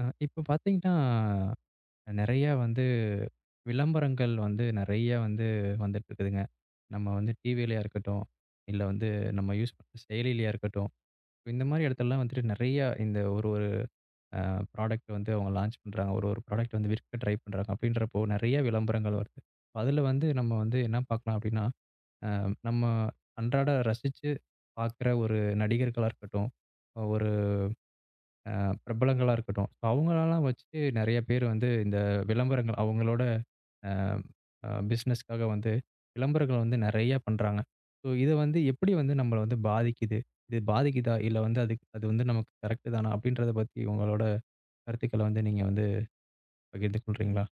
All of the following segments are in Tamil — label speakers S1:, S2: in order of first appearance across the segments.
S1: இப்ப பார்த்தீங்கன்னா, நெறையா வந்து விளம்பரங்கள் வந்து நெறையா வந்து வந்துட்டுருக்குதுங்க. நம்ம வந்து டிவிலயா இருக்கட்டும், இல்ல வந்து நம்ம யூஸ் பண்ற செயலிலயா இருக்கட்டும், இந்த மாரி இடத்துலலாம் வந்துட்டு நெறையா இந்த ஒரு ஒரு ப்ராடக்ட் வந்து அவங்க லான்ச் பண்றாங்க. ஒரு ஒரு ப்ராடக்ட் வந்து விற்க ட்ரை பண்றாங்க அப்படின்றப்போ நெறையா விளம்பரங்கள் வருது. அதுல வந்து நம்ம வந்து என்ன பார்க்கலாம் அப்படின்னா, அ நம்ம அன்றாட ரசிச்சு பார்க்குற ஒரு நடிகர்களா இருக்கட்டும், ஒரு அ பிரபலங்களா இருக்கட்டும். அவங்களலாம் வச்சு நெறைய பேர் வந்து இந்த விளம்பரங்கள் அவங்களோட அ அ பிசினஸ்க்காக வந்து விளம்பரங்கள் வந்து நெறைய பண்றாங்க. ஸோ இத வந்து எப்படி வந்து நம்மள வந்து பாதிக்குது? இது பாதிக்குதா? இல்ல வந்து அதுக்கு அது வந்து நமக்கு கரெக்ட் தானா? அப்படின்றத பத்தி உங்களோட கருத்துக்கள வந்து நீங்க வந்து பகிர்ந்து கொள்றீங்களா?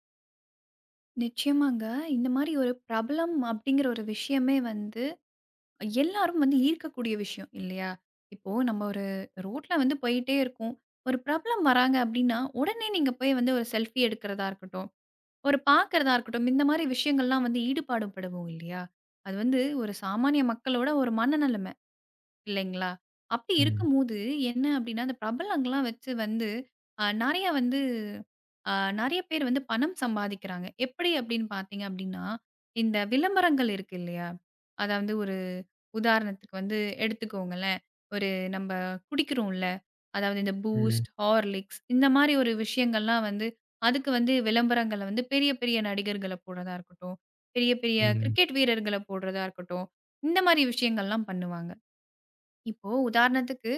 S2: நிச்சயமாங்க. இந்த மாரி ஒரு பிரபலம் அப்படிங்கிற ஒரு விஷயமே வந்து, எல்லாரும் வந்து ஈர்க்கக்கூடிய விஷயம் இல்லையா? இப்போ நம்ம ஒரு ரோட்ல வந்து போயிட்டே இருக்கோம். ஒரு பிரபலம் வராங்க அப்படின்னா, உடனே நீங்க போய் வந்து ஒரு செல்ஃபி எடுக்கிறதா இருக்கட்டும், ஒரு பார்க்கிறதா இருக்கட்டும், இந்த மாரி விஷயங்கள்லாம் வந்து ஈடுபாடு படுவோம் இல்லையா? அது வந்து ஒரு சாமானிய மக்களோட ஒரு மனநெலைம. இல்லைங்களா? அப்படி
S1: ம்.
S2: இருக்கும்போது என்ன அப்படின்னா, அந்த பிரபலங்கள்லாம் வச்சு வந்து அ நெறைய வந்து அ நெறைய பேர் வந்து பணம் சம்பாதிக்கிறாங்க. எப்படி அப்படின்னு பார்த்தீங்க அப்படின்னா, இந்த விளம்பரங்கள் இருக்கு இல்லையா? அதாவது ஒரு உதாரணத்துக்கு வந்து எடுத்துக்கோங்களேன். ஒரு நம்ப குடிக்கிறோம்ல, அதாவது இந்த
S1: ம்.
S2: பூஸ்ட், ஹார்லிக்ஸ் இந்த மாரி ஒரு விஷயங்கள்லாம் வந்து அதுக்கு வந்து விளம்பரங்கள வந்து பெரிய பெரிய நடிகர்கள போடுறதா இருக்கட்டும், பெரிய பெரிய
S1: ம்.
S2: கிரிக்கெட் வீரர்கள போடுறதா இருக்கட்டும், இந்த மாரி விஷயங்கள்லாம் பண்ணுவாங்க. இப்போ உதாரணத்துக்கு,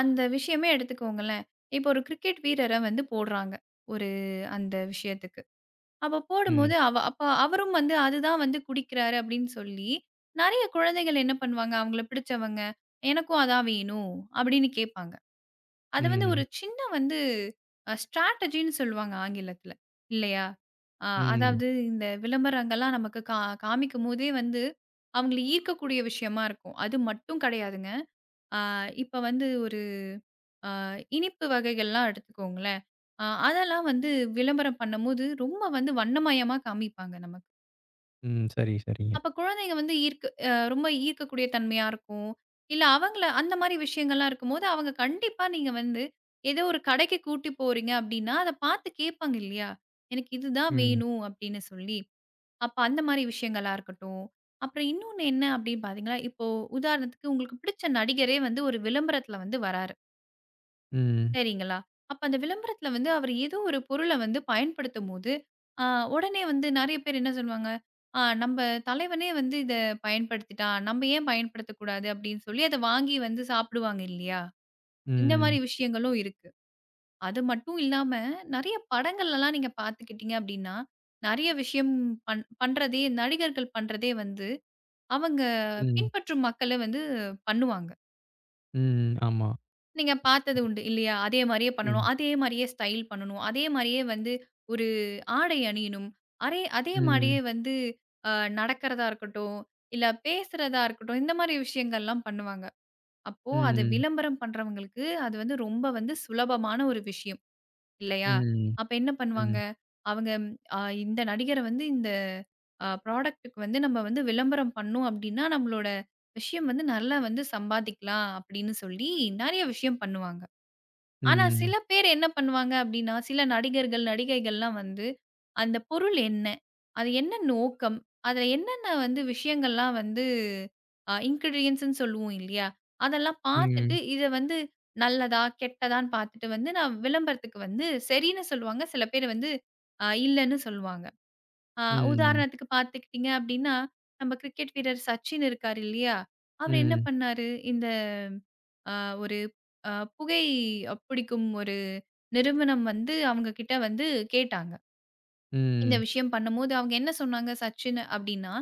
S2: அந்த விஷயமே எடுத்துக்கோங்களேன். இப்போ ஒரு கிரிக்கெட் வீரர வந்து போடுறாங்க. ஒரு அந்த விஷயத்துக்கு. அப்ப
S1: ம்.
S2: போடும்போது அவ அப்ப அவரும் வந்து அதுதான் வந்து குடிக்கிறாரு அப்படின்னு சொல்லி, நெறைய குழந்தைகள் என்ன பண்ணுவாங்க, அவங்கள பிடிச்சவங்க, "எனக்கும் அதான் வேணும்" அப்படின்னு கேட்பாங்க. அது வந்து ஒரு
S1: ம்.
S2: சின்ன வந்து ஸ்ட்ராட்டஜின்னு சொல்லுவாங்க ஆங்கிலத்துல. இல்லையா?
S1: ம்.
S2: அதாவது இந்த விளம்பரங்கள்லாம் நமக்கு காமிக்கும்போதே வந்து அவங்கள ஈர்க்கக்கூடிய விஷயமா இருக்கும். அது மட்டும் கிடையாதுங்க. ஆ இப்ப வந்து ஒரு அ இனிப்பு வகைகள்லாம் எடுத்துக்கோங்களேன். அதெல்லாம் வந்து விளம்பரம் பண்ணும்போது ரொம்ப வந்து வண்ணமயமா காமிப்பாங்க நமக்கு.
S1: ம். சரி, சரிங்க.
S2: அப்ப குழந்தைங்க வந்து ஈர்க்கு அ ரொம்ப ஈர்க்கக்கூடிய தன்மையா இருக்கும். இல்ல அவங்கள அந்த மாரி விஷயங்கள்லாம் இருக்கும்போது, அவங்க கண்டிப்பா நீங்க வந்து ஏதோ ஒரு கடைக்கு கூட்டி போறீங்க அப்டின்னா, அத பார்த்து கேட்பாங்க இல்லையா? எனக்கு இதுதான்
S1: ம்.
S2: வேணும் அப்படின்னு சொல்லி. அப்ப அந்த மாரி விஷயங்களா இருக்கட்டும். அப்புறம் இன்னொன்னு என்ன அப்படின்னு பார்த்தீங்கன்னா, இப்போ உதாரணத்துக்கு உங்களுக்கு பிடிச்ச நடிகரே வந்து ஒரு விளம்பரத்துல வந்து வராரு.
S1: ம்.
S2: சரிங்களா? அப்ப அந்த விளம்பரத்துல வந்து அவர் ஏதோ ஒரு பொருள வந்து பயன்படுத்தும்போது, அ உடனே வந்து நெறைய பேர் என்ன சொல்லுவாங்க, "ஆ நம்ப தலைவனே வந்து இத பயன்படுத்திட்டான். நம்ப ஏன் பயன்படுத்தக்கூடாது?" அப்படின்னு சொல்லி அத வாங்கி வந்து சாப்பிடுவாங்க இல்லையா? இந்த மாரி
S1: ம்.
S2: விஷயங்களும் இருக்கு. அது மட்டும் இல்லாம நெறைய படங்கள்லலாம் நீங்க பார்த்துக்கிட்டீங்க அப்படின்னா, நெறைய விஷயம் பண்றதே நடிகர்கள் பண்றதே வந்து அவங்க
S1: ம்.
S2: பின்பற்றும் மக்கள வந்து பண்ணுவாங்க.
S1: ம். ஆமா.
S2: நீங்க பார்த்தது உண்டு இல்லையா? அதே மாரியே பண்ணணும்.
S1: ம்.
S2: அதே மாரியே ஸ்டைல் பண்ணணும். அதே மாரியே வந்து ஒரு ஆடை அணியணும். அரே அதே மாரியே
S1: ம்.
S2: வந்து அ நடக்கிறதா இருக்கட்டும், இல்ல பேசுறதா இருக்கட்டும், இந்த மாரி விஷயங்கள்லாம் பண்ணுவாங்க. அப்போ அத
S1: ம்.
S2: விளம்பரம் பண்றவங்களுக்கு அது வந்து ரொம்ப வந்து சுலபமான ஒரு விஷயம் இல்லையா?
S1: ம்.
S2: அப்ப என்ன பண்ணுவாங்க?
S1: ம்.
S2: அவங்க அ இந்த நடிகர வந்து இந்த ப்ராடக்ட்டுக்கு வந்து நம்ம வந்து விளம்பரம் பண்ணோம் அப்டின்னா, நம்மளோட விஷயம் வந்து நல்லா வந்து சம்பாதிக்கலாம் அப்படின்னு சொல்லி நெறைய விஷயம் பண்ணுவாங்க. ஆனா
S1: Ừm,
S2: சில பேர் என்ன பண்ணுவாங்க அப்டின்னா, சில நடிகர்கள், நடிகைகள்லாம் வந்து அந்த பொருள் என்ன? அது என்ன நோக்கம்? அதுல என்னென்ன வந்து விஷயங்கள்லாம் வந்து இன்கிரீடியன்ட்ஸ்ன்னு சொல்லுவோம் இல்லையா? அதெல்லாம் பார்த்துட்டு
S1: ừm,
S2: இத வந்து நல்லதா, கெட்டதான்னு பார்த்துட்டு வந்து நான் விளம்பரத்துக்கு வந்து சரின்னு சொல்லுவாங்க. சில பேர் வந்து இல்லன்னு சொல்லுவாங்க. அ
S1: ம், ம்,
S2: உதாரணத்துக்கு பார்த்துக்கிட்டீங்க அப்டின்னா, நம்ம கிரிக்கெட் வீரர் சச்சின் இருக்காரு இல்லையா? அவரு என்ன
S1: ம்,
S2: பண்ணாரு? இந்த அ ஒரு அ புகை பிடிக்கும் ஒரு நிறுவனம் வந்து அவங்க கிட்ட வந்து கேட்டாங்க. இந்த
S1: ம்,
S2: விஷயம் பண்ணும்போது அவங்க என்ன சொன்னாங்க சச்சின் அப்டின்னா,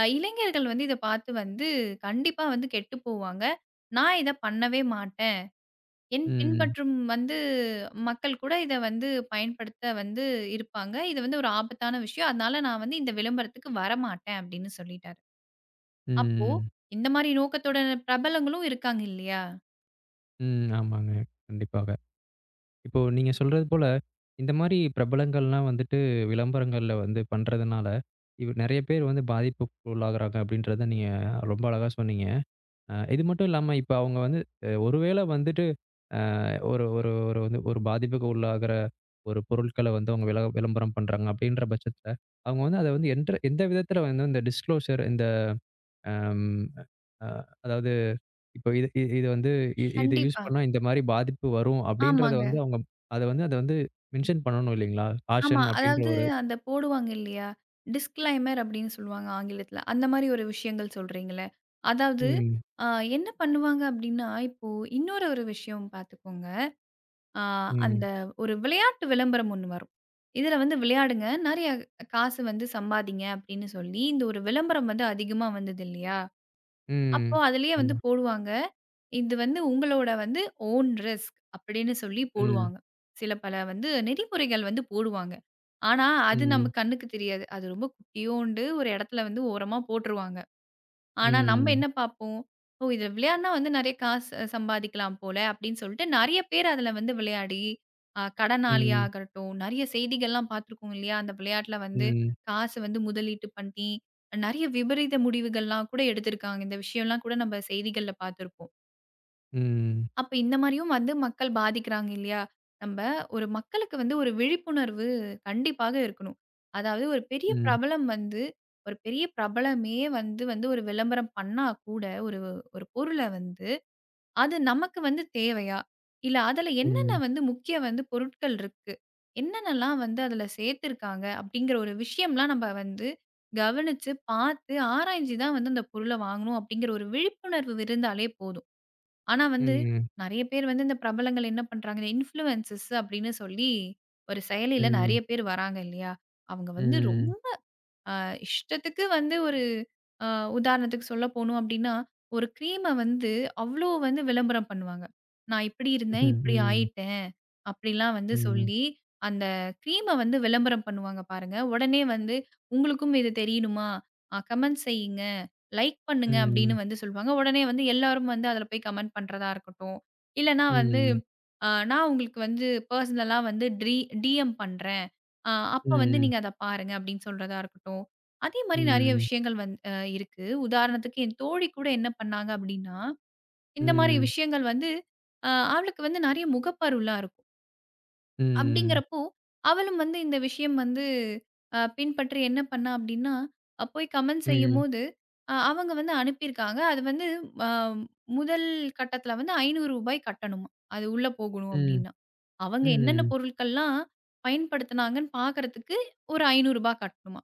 S2: இளைஞர்கள் வந்து இத பார்த்து வந்து கண்டிப்பா வந்து கெட்டு போவாங்க. நான் இத பண்ணவே மாட்டேன். என் பின்பற்றும் வந்து மக்கள் கூட இத வந்து பயன்படுத்த வந்து இருப்பாங்க. இது வந்து ஒரு ஆபத்தான விஷயம். அதனால நான் வந்து இந்த விளம்பரத்துக்கு வரமாட்டேன் அப்டின்னு சொல்லிட்டாரு. அப்போ
S1: ம்,
S2: இந்த மாரி நோக்கத்தோட பிரபலங்களும் இருக்காங்க இல்லையா?
S1: ம். ஆமாங்க. கண்டிப்பாக. இப்போ நீங்க சொல்றது போல, இந்த மாரி பிரபலங்கள்லாம் வந்துட்டு விளம்பரங்கள்ல வந்து பண்றதுனால, இவ் நெறைய பேர் வந்து பாதிப்புக்கு உள்ளாகுறாங்க அப்படின்றத நீங்க ரொம்ப அழகா சொன்னீங்க. இது மட்டும் இல்லாம இப்ப அவங்க வந்து ஒருவேள வந்துட்டு அ ஒரு ஒரு ஒரு வந்து ஒரு பாதிப்புக்கு உள்ளாகுற ஒரு பொருட்கள வந்து அவங்க விளம்பரம் பண்றாங்க அப்படின்ற பட்சத்துல, அவங்க வந்து அத வந்து என்ற எந்த விதத்துல வந்து இந்த டிஸ்க்ளோஷர் இந்த அம் அ அதாவது இப்போ இது இது வந்து இத யூஸ்
S2: கண்டிப்பா.
S1: பண்ணா இந்த மாரி பாதிப்பு வரும் அப்படின்றத
S2: ஆமாங்க.
S1: வந்து அவங்க அத வந்து மென்ஷன் பண்ணணும் இல்லைங்களா?
S2: ஆமா.
S1: காஷன் அப்படின்ற
S2: அதாவது
S1: ஒரு
S2: அந்த போடுவாங்க இல்லையா? டிஸ்க்ளைமர் அப்படின்னு சொல்லுவாங்க ஆங்கிலத்தில. அந்த மாரி ஒரு விஷயங்கள் சொல்றீங்கல்ல. அதாவது
S1: ம்,
S2: அ என்ன பண்ணுவாங்க அப்படின்னா, இப்போ இன்னொரு ஒரு விஷயம் பார்த்துக்கோங்க. அ அந்த
S1: ம்,
S2: ஒரு விளையாட்டு விளம்பரம் ஒண்ணு வரும். இதில வந்து விளையாடுங்க, நெறைய காசு வந்து சம்பாதிங்க அப்படின்னு சொல்லி, இந்த ஒரு விளம்பரம் வந்து அதிகமா வந்தது இல்லையா?
S1: ம்.
S2: அப்போ அதிலேயே வந்து
S1: ஆமா.
S2: போடுவாங்க. இது வந்து உங்களோட வந்து ஓன் ரிஸ்க் அப்படின்னு சொல்லி
S1: ம்,
S2: போடுவாங்க. சில பல வந்து நெறிமுறைகள் வந்து போடுவாங்க. ஆனா, அது நம்ம
S1: ம்,
S2: கண்ணுக்கு தெரியாது. அது ரொம்ப குட்டியோண்டு ஒரு இடத்துல வந்து ஓரமா போட்டுருவாங்க. ஆனா, நம்ம
S1: ம்,
S2: என்ன பார்ப்போம்? "ஓ! இதில விளையாடுனா வந்து நெறைய காசு சம்பாதிக்கலாம் போல" அப்படின்னு சொல்லிட்டு நெறைய பேர் அதில வந்து விளையாடி,
S1: ம்,
S2: கடனாளியாகட்டும், நெறைய செய்திகள்லாம் பார்த்துருக்கோம் இல்லையா? அந்த விளையாட்டுல வந்து
S1: ம்,
S2: காசு வந்து முதலீட்டு பண்ணி, நெறைய விபரீத முடிவுகள்லாம் கூட எடுத்திருக்காங்க. இந்த விஷயம்லாம் கூட நம்ம செய்திகள்ல பார்த்துருப்போம்.
S1: ம்,
S2: அப்ப இந்த மாரியும் வந்து மக்கள் பாதிக்கிறாங்க இல்லையா? நம்ப ஒரு மக்களுக்கு வந்து ஒரு விழிப்புணர்வு கண்டிப்பாக இருக்கணும். அதாவது ஒரு பெரிய
S1: ம்,
S2: பிரபலம் வந்து ஒரு பெரிய பிரபலமே வந்து வந்து ஒரு விளம்பரம் பண்ணா கூட ஒரு ஒரு பொருள வந்து, அது நமக்கு வந்து தேவையா? இல்ல அதுல என்னென்ன
S1: ம்,
S2: வந்து முக்கிய வந்து பொருட்கள் இருக்கு? என்னென்னலாம் வந்து அதுல சேர்த்திருக்காங்க? அப்படிங்கிற ஒரு விஷயம்லாம் நம்ம வந்து கவனிச்சு, பார்த்து, ஆராய்ஞ்சு தான் வந்து அந்த பொருள வாங்கணும் அப்படிங்கிற ஒரு விழிப்புணர்வு இருந்தாலே போதும். ஆனா வந்து,
S1: ம்,
S2: நெறைய பேர் வந்து இந்த பிரபலங்கள் என்ன பண்றாங்க, இந்த இன்ஃப்ளூயன்சர்ஸ் அப்படின்னு சொல்லி ஒரு செயலில
S1: ம்,
S2: நெறைய பேர் வராங்க இல்லையா? அவங்க வந்து ரொ
S1: ம்,
S2: அ இஷ்டத்துக்கு வந்து ஒரு அ உதாரணத்துக்கு சொல்ல போணும் அப்டின்னா, ஒரு கிரீம வந்து அவ்ளோ வந்து விளம்பரம் பண்ணுவாங்க. நான் இப்டி இருந்தேன்,
S1: ம்ஹ்ம்,
S2: இப்டி
S1: ம்,
S2: ஆயிட்டேன் அப்டிலாம் வந்து
S1: ம்,
S2: சொல்லி, அந்த கிரீம வந்து விளம்பரம் பண்ணுவாங்க பாருங்க. உடனே வந்து "உங்களுக்கும் இது தெரியணுமா? கமெண்ட் செய்யுங்க, லைக் பண்ணுங்க" அப்டின்னு
S1: ம்,
S2: வந்து சொல்லுவாங்க. உடனே வந்து எல்லாரும் வந்து அதுல போய் கமெண்ட் பண்றதா இருக்கட்டும். இல்லனா வந்து
S1: ம், ம்,
S2: "நான் உங்களுக்கு வந்து பர்சனலா வந்து டிஎம் பண்றேன். அ அப்ப வந்து
S1: ம்,
S2: நீங்க அத பாருங்க" அப்டின்னு சொல்றதா இருக்கட்டும். அதே மாரி நெறைய
S1: ம்,
S2: விஷயங்கள் வந் அ இருக்கு. உதாரணத்துக்கு என் தோழி கூட என்ன பண்ணாங்க அப்டின்னா, இந்த மாரி
S1: ம்,
S2: விஷயங்கள் வந்து அவளுக்கு வந்து நெறைய முகப்பருலாம் இருக்கும்.
S1: ம்,
S2: அப்டிங்கிறப்போ, அவளும் வந்து இந்த விஷயம் வந்து பின்பற்றி என்ன பண்ணா அப்டின்னா, போய் கமெண்ட்
S1: ம்,
S2: செய்யும்போது, அவங்க வந்து அனுப்பியிருக்காங்க. அது வந்து அ முதல் கட்டத்தில வந்து ரூ. 500 கட்டணுமா. அது உள்ள போகணும் அப்டின்னா. அவங்க என்னென்ன
S1: ம்,
S2: பொருட்கள்லாம் பயன்படுத்துனாங்கன்னு பார்க்கறதுக்கு ஒரு ரூ. 500 கட்டணுமா.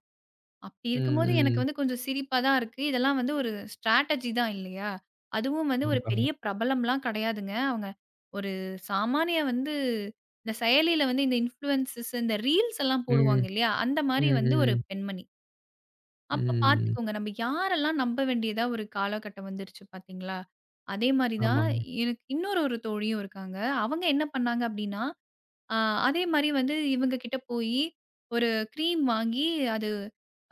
S2: அப்படி
S1: ம்,
S2: இருக்கும்போது எனக்கு
S1: ம்.
S2: வந்து கொஞ்சம் சிரிப்பா தான் இருக்கு. இதெல்லாம் வந்து ஒரு ஸ்ட்ராட்டஜி தான் இல்லையா? அதுவும் வந்து ஒரு
S1: கண்டிப்பாங்க.
S2: பெரிய பிரபலம்லாம் கிடையாதுங்க. அவங்க ஒரு சாமானிய வந்து இந்த செயலியில வந்து இந்த இன்ஃப்ளூயன்ஸஸ் இந்த ரீல்ஸ் எல்லாம்
S1: ம். ம்.
S2: போடுவாங்க இல்லையா? அந்த மாரி வந்து ஒரு
S1: ம்.
S2: பெண்மணி. அப்ப
S1: ம்.
S2: பார்த்துக்கோங்க நம்ம யாரெல்லாம் நம்ப வேண்டியதா ஒரு காலகட்டம் வந்துருச்சு பார்த்தீங்களா? அதே மாரி தான்
S1: ஆமாங்க.
S2: எனக்கு இன்னொரு ஒரு தோழியும் இருக்காங்க. அவங்க என்ன பண்ணாங்க அப்படின்னா ஆ அதே மாரி வந்து இவங்க கிட்ட போயி, ஒரு கிரீம் வாங்கி அது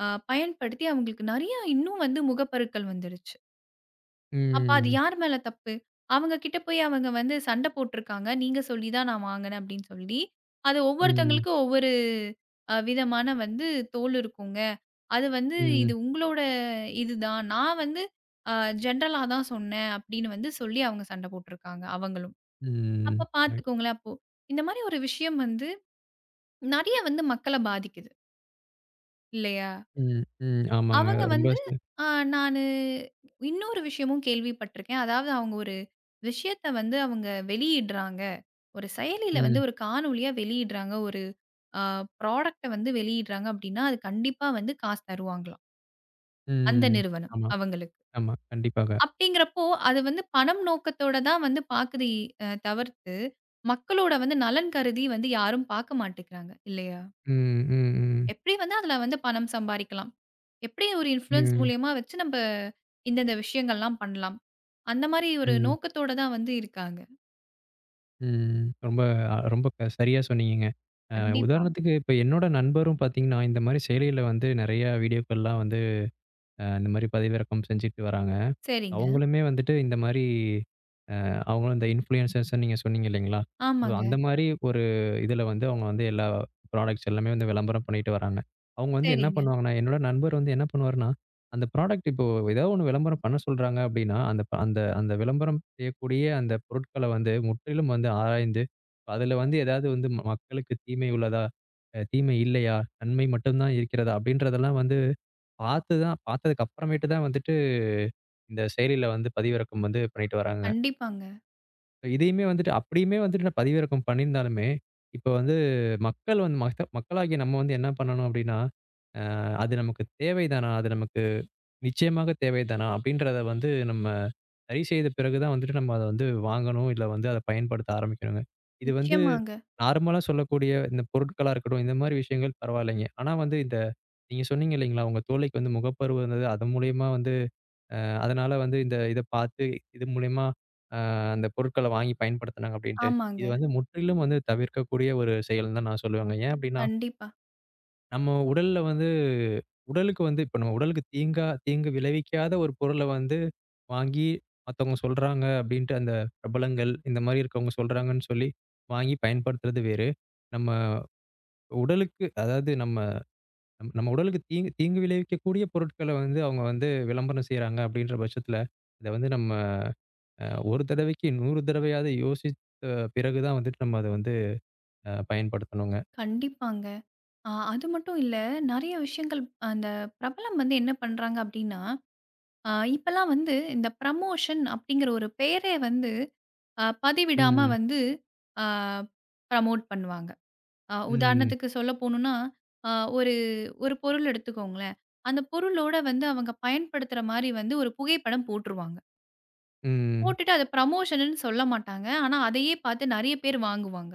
S2: பயன்படுத்தி அவங்களுக்கு நெறைய இன்னும் வந்து முகப்பருக்கள் வந்துருச்சு. அப்ப அது
S1: ம்.
S2: யார் மேல தப்பு? அவங்க கிட்ட போய் அவங்க வந்து சண்டை போட்டுருக்காங்க. நீங்க சொல்லி தான் நான் வாங்கினேன் அப்படின்னு சொல்லி, அது
S1: ம்.
S2: ஒவ்வொருத்தவங்களுக்கும் ஒவ்வொரு விதமான வந்து தோல் இருக்குங்க. அது வந்து இது
S1: ம்.
S2: உங்களோட இதுதான். நான் வந்து அ ஜென்ரலா தான் சொன்னேன் அப்படின்னு வந்து சொல்லி அவங்க சண்டை போட்டுருக்காங்க அவங்களும்.
S1: ம்.
S2: அப்ப
S1: ரைட்.
S2: பார்த்துக்கோங்களேன் அப்போ. இந்த மாரி ஒரு விஷயம் வந்து நெறைய வந்து மக்கள பாதிக்குது இல்லையா?
S1: ம். ம். ஆமாங்க.
S2: அவங்க
S1: ரொம்ப
S2: வந்து அ நானு இன்னொரு விஷயமும் கேள்விப்பட்டுருக்கேன். அதாவது அவங்க ஒரு விஷயத்த வந்து அவங்க வெளியிடுறாங்க. ஒரு செயலில வந்து
S1: ம்.
S2: ஒரு காணொளியா வெளியிடுறாங்க. ஒரு அ ப்ராடக்ட்ட வந்து வெளியிடுறாங்க அப்டின்னா, அது கண்டிப்பா வந்து காசு தருவாங்களாம். அந்த
S1: ம்.
S2: நிறுவனம்
S1: ஆமா,
S2: அவங்களுக்கு.
S1: ஆமா. கண்டிப்பாக.
S2: அப்டிங்கிறப்போ அது வந்து பணம் நோக்கத்தோட தான் வந்து பாக்குது தவிர்த்து, மக்களோட வந்து நலன் கருதி வந்து யாரும் பாக்க மாட்டேங்கிறாங்க இல்லையா?
S1: ம். ம். ம்.
S2: எப்டி வந்து அதுல வந்து பணம் சம்பாரிக்கலாம்? எப்படி ஒரு இன்ஃப்ளூயன்ஸ்
S1: ம்.
S2: மூலியமா வச்சு நம்ப இந்தந்த விஷயங்கள்லாம் பண்ணலாம். அந்த மாரி ஒரு
S1: ம்.
S2: நோக்கத்தோட தான் வந்து இருக்காங்க.
S1: ம். ரொம்ப ரொம்ப சரியா சொன்னீங்கங்க. அ
S2: கண்டிப்பா.
S1: உதாரணத்துக்கு இப்ப என்னோட நண்பரும் பார்த்தீங்கன்னா, இந்த மாரி செயலியில வந்து நெறையா வீடியோக்கள்லாம் வந்து இந்த மாரி பதிவிறக்கம் செஞ்சுட்டு வராங்க.
S2: சரிங்க.
S1: அவங்களுமே வந்துட்டு இந்த மாரி அவங்களும் இந்த இன்ஃப்ளூயன்சர்ஸ்ன்னு நீங்க சொன்னீங்க இல்லைங்களா? ஸோ அந்த
S2: ஆமாங்க.
S1: மாரி ஒரு இதுல வந்து அவங்க வந்து எல்லா ப்ராடக்ட்ஸ் எல்லாமே வந்து விளம்பரம் பண்ணிட்டு வராங்க. அவங்க வந்து என்ன
S2: சரிங்க.
S1: பண்ணுவாங்கன்னா, என்னோட நண்பர் வந்து என்ன பண்ணுவாருன்னா, அந்த ப்ராடக்ட் இப்போ ஏதாவது ஒண்ணு விளம்பரம் பண்ண சொல்றாங்க அப்படின்னா, அந்த அந்த விளம்பரம் செய்யக்கூடிய அந்த பொருட்கள வந்து முற்றிலும் வந்து ஆராய்ந்து, அதுல வந்து ஏதாவது வந்து மக்களுக்கு தீமை உள்ளதா? தீமை இல்லையா? நன்மை மட்டும் தான் இருக்கிறதா? அப்படின்றதெல்லாம் வந்து பார்த்து தான் பார்த்ததுக்கு அப்புறமேட்டு தான் வந்துட்டு இந்த செயலில வந்து பதிவிறக்கம் வந்து பண்ணிட்டு வராங்க.
S2: கண்டிப்பாங்க.
S1: இதையுமே வந்துட்டு அப்படியுமே வந்துட்டு நான் பதிவிறக்கம் பண்ணியிருந்தாலுமே, இப்ப வந்து மக்கள் வந்து மத்த மக்களாகிய நம்ம வந்து என்ன பண்ணணும் அப்படின்னா, அது நமக்கு தேவைதானா? அது நமக்கு நிச்சயமாக தேவைதானா? அப்படின்றத வந்து நம்ம சரி செய்த பிறகு தான் வந்துட்டு நம்ம அத வந்து வாங்கணும். இல்ல வந்து அத பயன்படுத்த ஆரம்பிக்கணுங்க. இது வந்து
S2: நிச்சயமாங்க.
S1: நார்மலா சொல்லக்கூடிய இந்த பொருட்களா இருக்கட்டும், இந்த மாரி விஷயங்கள் பரவாயில்லைங்க. ஆனா வந்து இந்த நீங்க சொன்னீங்க இல்லைங்களா? உங்க தோழிக்கு வந்து முகப்பரு வந்தது. அது மூலியமா வந்து அதனால வந்து இத பார்த்து இது மூலியமா அ அந்த பொருட்கள வாங்கி பயன்படுத்துனாங்க அப்படின்ட்டு. இது
S2: ஆமாங்க.
S1: வந்து முற்றிலும் வந்து தவிர்க்கக்கூடிய ஒரு செயல்ன்னு தான் நான் சொல்லுவேங்க. ஏன் அப்படின்னா,
S2: கண்டிப்பா.
S1: நம்ம உடல்ல வந்து உடலுக்கு வந்து இப்ப நம்ம உடலுக்கு தீங்கா தீங்கு விளைவிக்காத ஒரு பொருள வந்து வாங்கி மத்தவங்க சொல்றாங்க அப்படின்ட்டு அந்த பிரபலங்கள் இந்த மாரி இருக்கவங்க சொல்றாங்கன்னு சொல்லி வாங்கி பயன்படுத்துறது வேறு. நம்ம உடலுக்கு அதாவது நம்ம நம்ம நம்ம உடலுக்கு தீங்கு தீங்கு விளைவிக்கக்கூடிய பொருட்கள வந்து அவங்க வந்து விளம்பரம் செய்றாங்க அப்படின்ற பட்சத்துல, இத வந்து நம்ம அ ஒரு தடவைக்கு 100 தடவையாவது யோசித்த பிறகு தான் வந்துட்டு நம்ம அத வந்து பயன்படுத்தணுங்க.
S2: கண்டிப்பாங்க. அது மட்டும் இல்ல, நெறைய விஷயங்கள் அந்த பிரபலம் வந்து என்ன பண்றாங்க அப்டின்னா, இப்பலாம் வந்து இந்த ப்ரமோஷன் அப்படிங்கிற ஒரு பெயரே வந்து பதிவிடாம
S1: ம்.
S2: வந்து அ ப்ரமோட் பண்ணுவாங்க.
S1: ம்.
S2: உதாரணத்துக்கு சொல்ல போணும்னா, அ ஒரு ஒரு பொருள் எடுத்துக்கோங்களேன். அந்த பொருளோட வந்து அவங்க பயன்படுத்துற மாரி வந்து ஒரு புகைப்படம் போட்டுருவாங்க.
S1: ம்.
S2: போட்டுட்டு அத ப்ரமோஷன்னு சொல்ல மாட்டாங்க. ஆனா, அதையே பார்த்து நெறைய பேர் வாங்குவாங்க.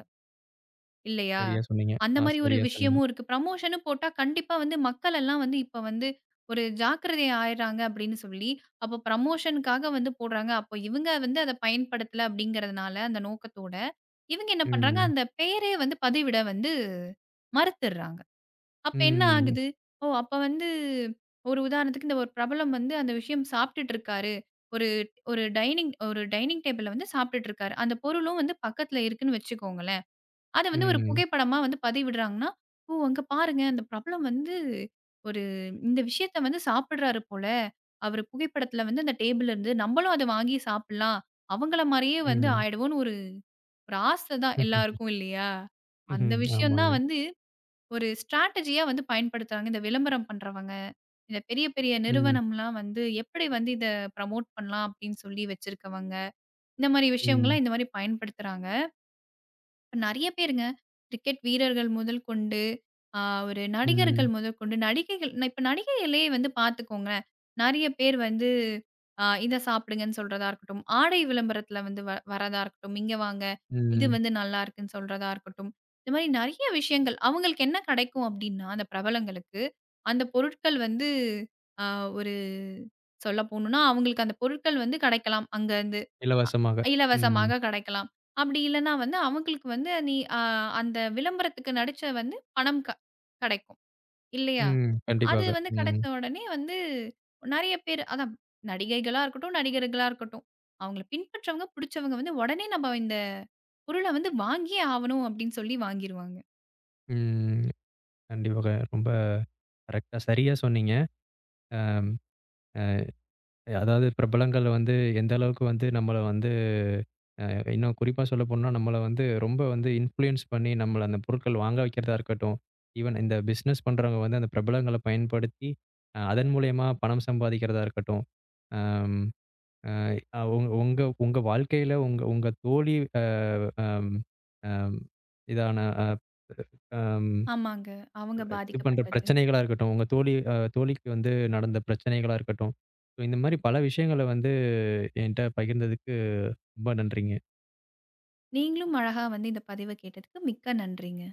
S2: இல்லையா?
S1: சரியா சொன்னீங்க.
S2: அந்த
S1: ஆ
S2: மாரி ஒரு
S1: சரியா சொன்னீங்க.
S2: விஷயமும் இருக்கு. ப்ரமோஷன்னு போட்டா கண்டிப்பா வந்து மக்கள் எல்லாம் வந்து இப்ப வந்து ஒரு ஜாக்கிரதை ஆயிடுறாங்க அப்படின்னு சொல்லி, அப்போ ப்ரமோஷனுக்காக வந்து போடுறாங்க. அப்போ இவங்க வந்து அத பயன்படுத்தல அப்படிங்கிறதுனால அந்த நோக்கத்தோட, இவங்க என்ன பண்றாங்க,
S1: ம்.
S2: அந்த பெயரே வந்து பதிவிட வந்து மறுத்துடுறாங்க. அப்ப என்ன
S1: ம்.
S2: ஆகுது? ஓ! அப்ப வந்து ஒரு உதாரணத்துக்கு இந்த ஒரு பிரபலம் வந்து அந்த விஷயம் சாப்பிட்டுட்டு இருக்காரு. ஒரு ஒரு டைனிங் டேபிள்ல வந்து சாப்பிட்டுட்டு இருக்காரு. அந்த பொருளும் வந்து பக்கத்துல இருக்குன்னு வச்சுக்கோங்களேன். அத வந்து ஒரு
S1: ம்.
S2: புகைப்படமா வந்து பதிவிடுறாங்கன்னா, "ஓ! அங்க பாருங்க அந்த பிரபலம் வந்து ஒரு இந்த விஷயத்த வந்து சாப்பிடுறாரு போல. அவரு புகைப்படத்துல வந்து அந்த டேபிள்ல இருந்து நம்மளும் அத வாங்கி சாப்பிடலாம். அவங்கள மாரியே வந்து
S1: ம்.
S2: ஆயிடுவோம்ன்னு" ஒரு ஒரு ஆசை தான் எல்லாருக்கும் இல்லையா? அந்த
S1: ம்ஹ்ம்.
S2: விஷயம் தான்
S1: ஆமாங்க.
S2: வந்து ஒரு ஸ்ட்ராட்டஜியா வந்து பயன்படுத்துறாங்க. இந்த விளம்பரம் பண்றவங்க, இந்த பெரிய பெரிய
S1: ம்.
S2: நிறுவனம்லாம் வந்து எப்படி வந்து இத ப்ரமோட் பண்ணலாம் அப்படின்னு சொல்லி வச்சிருக்கவங்க, இந்த மாரி
S1: ம்.
S2: விஷயங்கள்லாம் இந்த மாரி பயன்படுத்துறாங்க. நெறைய பேருங்க. கிரிக்கெட் வீரர்கள் முதல் கொண்டு, அ ஒரு நடிகர்கள்
S1: ம்.
S2: முதற்கொண்டு, நடிகைகள் இப்ப நடிகைகளே வந்து பார்த்துக்கோங்களேன். நெறைய பேர் வந்து இத சாப்பிடுங்கன்னு சொல்றதா இருக்கட்டும். ஆடை விளம்பரத்தில வந்து வரதா இருக்கட்டும். இங்க வாங்க, இது
S1: ம்.
S2: வந்து நல்லாருக்குன்னு சொல்றதா இருக்கட்டும். இந்த மாரி நெறைய விஷயங்கள். அவங்களுக்கு என்ன கிடைக்கும் அப்டின்னா, அந்த பிரபலங்களுக்கு, அந்த பொருட்கள் வந்து அ ஒரு சொல்ல போணும்னா, அவங்களுக்கு அந்த பொருட்கள் வந்து கிடைக்கலாம். அங்கருந்து.
S1: இலவசமாக. ம்.
S2: இலவசமாக கிடைக்கலாம். அப்படி இல்லன்னா வந்து அவங்களுக்கு வந்து நீ அ அந்த விளம்பரத்துக்கு நடிச்ச வந்து பணம் கெடைக்கும். இல்லையா?
S1: ம்.
S2: அது
S1: கண்டிப்பாக.
S2: வந்து
S1: ம்.
S2: கிடைச்ச உடனே வந்து நெறைய பேர் அதான் நடிகைகளா இருக்கட்டும், நடிகர்களா இருக்கட்டும். அவங்கள பின்பற்றவங்க, புடிச்சவங்க வந்து உடனே நம்ம இந்த பொருள வந்து வாங்கியே ஆவணும் அப்படின்னு சொல்லி வாங்கிருவாங்க.
S1: ம். கண்டிப்பாக. ரொம்ப கரெக்ட்டா சரியா சொன்னீங்க. அதாவது பிரபலங்கள் வந்து எந்த அளவுக்கு வந்து நம்மள வந்து அ இன்னும் குறிப்பா சொல்லப்போனா, நம்மள வந்து ரொம்ப வந்து இன்ஃப்ளூயன்ஸ் பண்ணி நம்மள அந்த பொருட்கள் வாங்க வைக்கிறதா இருக்கட்டும். ஈவன் இந்த பிசினஸ் பண்றவங்க வந்து அந்த பிரபலங்கள பயன்படுத்தி, அதன் மூலியமா பணம் சம்பாதிக்கிறதா இருக்கட்டும். அம் அ உங் உங்க உங்க உங்க வாழ்க்கையில உங்க உங்க தோழி அ அம் அம் இதான அ அம்
S2: ஆமாங்க. அவங்க
S1: இது பண்ற
S2: பாதிக்கப்பட்டது.
S1: பிரச்சனைகளா இருக்கட்டும். உங்க தோழி தோழிக்கு வந்து நடந்த பிரச்சனைகளா இருக்கட்டும். ஸோ இந்த மாரி பல விஷயங்கள வந்து என்ட்ட பகிர்ந்ததுக்கு ரொம்ப நன்றிங்க.
S2: நீங்களும் அழகா வந்து இந்த பதிவ கேட்டதுக்கு மிக்க நன்றிங்க.